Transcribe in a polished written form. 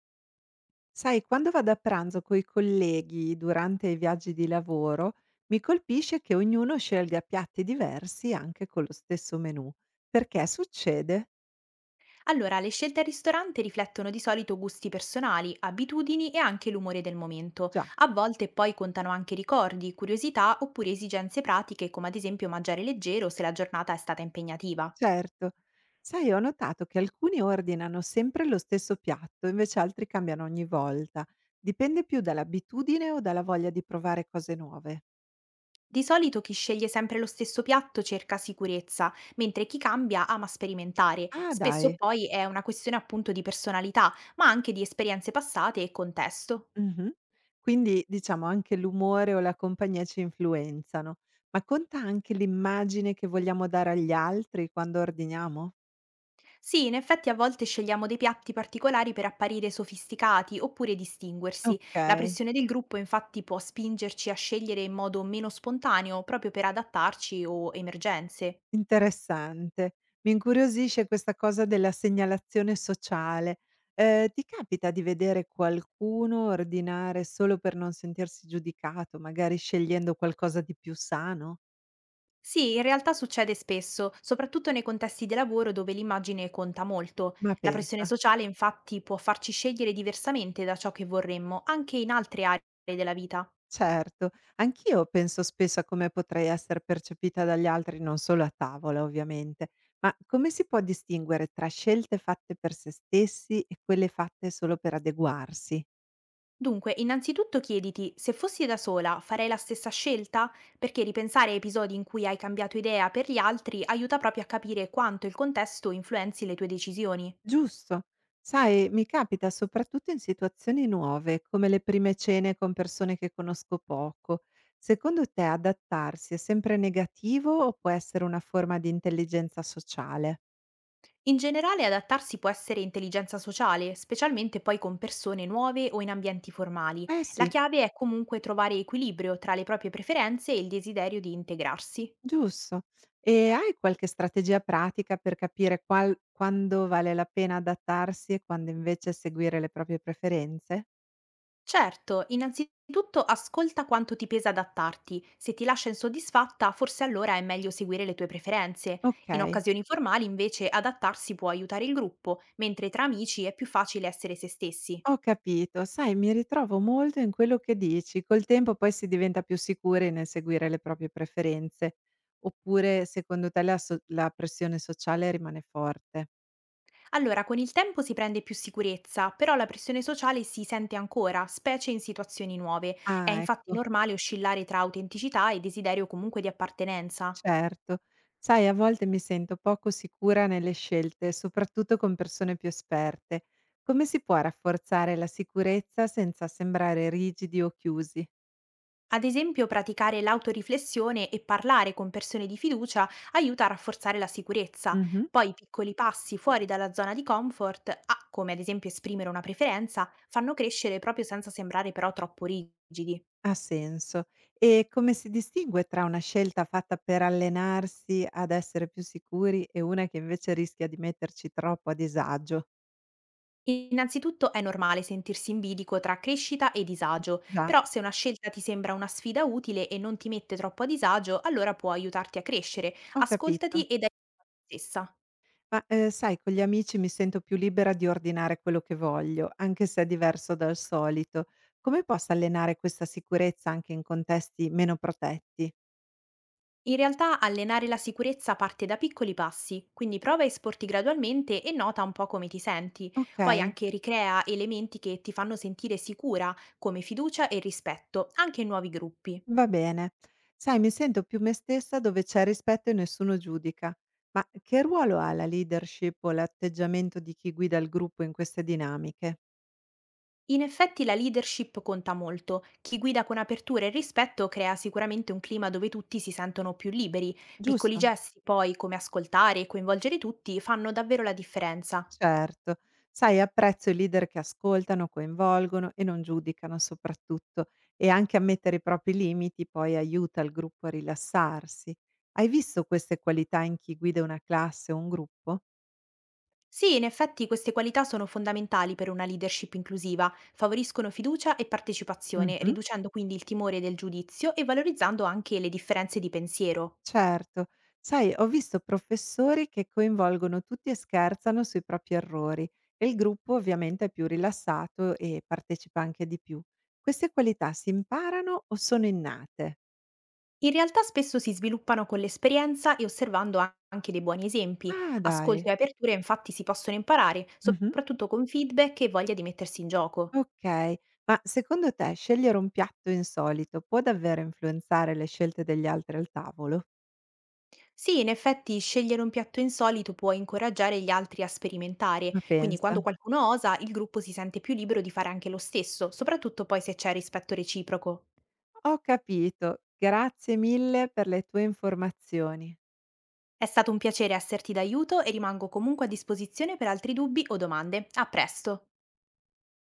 Sai, quando vado a pranzo coi colleghi durante i viaggi di lavoro, mi colpisce che ognuno scelga piatti diversi anche con lo stesso menù. Perché succede? Allora, le scelte al ristorante riflettono di solito gusti personali, abitudini e anche l'umore del momento. Già, A volte poi contano anche ricordi, curiosità oppure esigenze pratiche come ad esempio mangiare leggero se la giornata è stata impegnativa. certo. Sai, ho notato che alcuni ordinano sempre lo stesso piatto, invece altri cambiano ogni volta. Dipende più dall'abitudine o dalla voglia di provare cose nuove. Di solito chi sceglie sempre lo stesso piatto cerca sicurezza, mentre chi cambia ama sperimentare. Ah, Spesso dai. poi è una questione appunto di personalità, ma anche di esperienze passate e contesto. Mh-mh. Quindi diciamo anche l'umore o la compagnia ci influenzano, ma conta anche l'immagine che vogliamo dare agli altri quando ordiniamo? Sì, in effetti a volte scegliamo dei piatti particolari per apparire sofisticati oppure distinguersi. La Okay, pressione del gruppo infatti può spingerci a scegliere in modo meno spontaneo proprio per adattarci o emergenze. interessante. Mi incuriosisce questa cosa della segnalazione sociale. Ti capita di vedere qualcuno ordinare solo per non sentirsi giudicato, magari scegliendo qualcosa di più sano? Sì, in realtà succede spesso, soprattutto nei contesti di lavoro dove l'immagine conta molto. Ma La pressione pensa. sociale infatti può farci scegliere diversamente da ciò che vorremmo, anche in altre aree della vita. Certo, anch'io penso spesso a come potrei essere percepita dagli altri, non solo a tavola ovviamente, ma come si può distinguere tra scelte fatte per se stessi e quelle fatte solo per adeguarsi? Dunque, innanzitutto chiediti se fossi da sola farei la stessa scelta? Perché ripensare a episodi in cui hai cambiato idea per gli altri aiuta proprio a capire quanto il contesto influenzi le tue decisioni. Giusto, sai, mi capita soprattutto in situazioni nuove, come le prime cene con persone che conosco poco. Secondo te adattarsi è sempre negativo o può essere una forma di intelligenza sociale? In generale, adattarsi può essere intelligenza sociale, specialmente poi con persone nuove o in ambienti formali. Eh La sì. chiave è comunque trovare equilibrio tra le proprie preferenze e il desiderio di integrarsi. Giusto. E hai qualche strategia pratica per capire qual quando vale la pena adattarsi e quando invece seguire le proprie preferenze? Certo, innanzitutto ascolta quanto ti pesa adattarti. Se ti lascia insoddisfatta, forse allora è meglio seguire le tue preferenze. In Okay, occasioni formali, invece, adattarsi può aiutare il gruppo, mentre tra amici è più facile essere se stessi. ho capito. Sai, mi ritrovo molto in quello che dici. Col tempo poi si diventa più sicuri nel seguire le proprie preferenze, oppure secondo te la pressione sociale rimane forte? Allora, con il tempo si prende più sicurezza, però la pressione sociale si sente ancora, specie in situazioni nuove. È Ah, infatti ecco. normale oscillare tra autenticità e desiderio comunque di appartenenza. Certo. Sai, a volte mi sento poco sicura nelle scelte, soprattutto con persone più esperte. Come si può rafforzare la sicurezza senza sembrare rigidi o chiusi? Ad esempio, praticare l'autoriflessione e parlare con persone di fiducia aiuta a rafforzare la sicurezza. Mhm. Poi piccoli passi fuori dalla zona di comfort, come ad esempio esprimere una preferenza, fanno crescere proprio senza sembrare però troppo rigidi. Ha senso. E come si distingue tra una scelta fatta per allenarsi ad essere più sicuri e una che invece rischia di metterci troppo a disagio? Innanzitutto è normale sentirsi in bilico tra crescita e disagio, Già, però se una scelta ti sembra una sfida utile e non ti mette troppo a disagio, allora può aiutarti a crescere. ho Ascoltati capito. ed aiutati te stessa. Ma, sai, con gli amici mi sento più libera di ordinare quello che voglio, anche se è diverso dal solito. Come posso allenare questa sicurezza anche in contesti meno protetti? In realtà allenare la sicurezza parte da piccoli passi, quindi prova e sporti gradualmente e nota un po' come ti senti. Poi Okay, anche ricrea elementi che ti fanno sentire sicura, come fiducia e rispetto, anche in nuovi gruppi. va bene. Sai, mi sento più me stessa dove c'è rispetto e nessuno giudica. Ma che ruolo ha la leadership o l'atteggiamento di chi guida il gruppo in queste dinamiche? In effetti la leadership conta molto. Chi guida con apertura e rispetto crea sicuramente un clima dove tutti si sentono più liberi. Piccoli Giusto? gesti, poi, come ascoltare e coinvolgere tutti, fanno davvero la differenza. Certo. Sai, apprezzo i leader che ascoltano, coinvolgono e non giudicano, soprattutto, e anche ammettere i propri limiti poi aiuta il gruppo a rilassarsi. Hai visto queste qualità in chi guida una classe o un gruppo? Sì, in effetti queste qualità sono fondamentali per una leadership inclusiva, favoriscono fiducia e partecipazione, Mh-mh. riducendo quindi il timore del giudizio e valorizzando anche le differenze di pensiero. Certo. Sai, ho visto professori che coinvolgono tutti e scherzano sui propri errori e il gruppo ovviamente è più rilassato e partecipa anche di più. Queste qualità si imparano o sono innate? In realtà spesso si sviluppano con l'esperienza e osservando anche dei buoni esempi. Ah, dai. Ascolto e aperture infatti si possono imparare, Mh-mh. soprattutto con feedback e voglia di mettersi in gioco. Okay, ma secondo te scegliere un piatto insolito può davvero influenzare le scelte degli altri al tavolo? Sì, in effetti scegliere un piatto insolito può incoraggiare gli altri a sperimentare, Ma quindi pensa. quando qualcuno osa, il gruppo si sente più libero di fare anche lo stesso, soprattutto poi se c'è rispetto reciproco. Ho capito. Grazie mille per le tue informazioni. È stato un piacere esserti d'aiuto e rimango comunque a disposizione per altri dubbi o domande. A presto!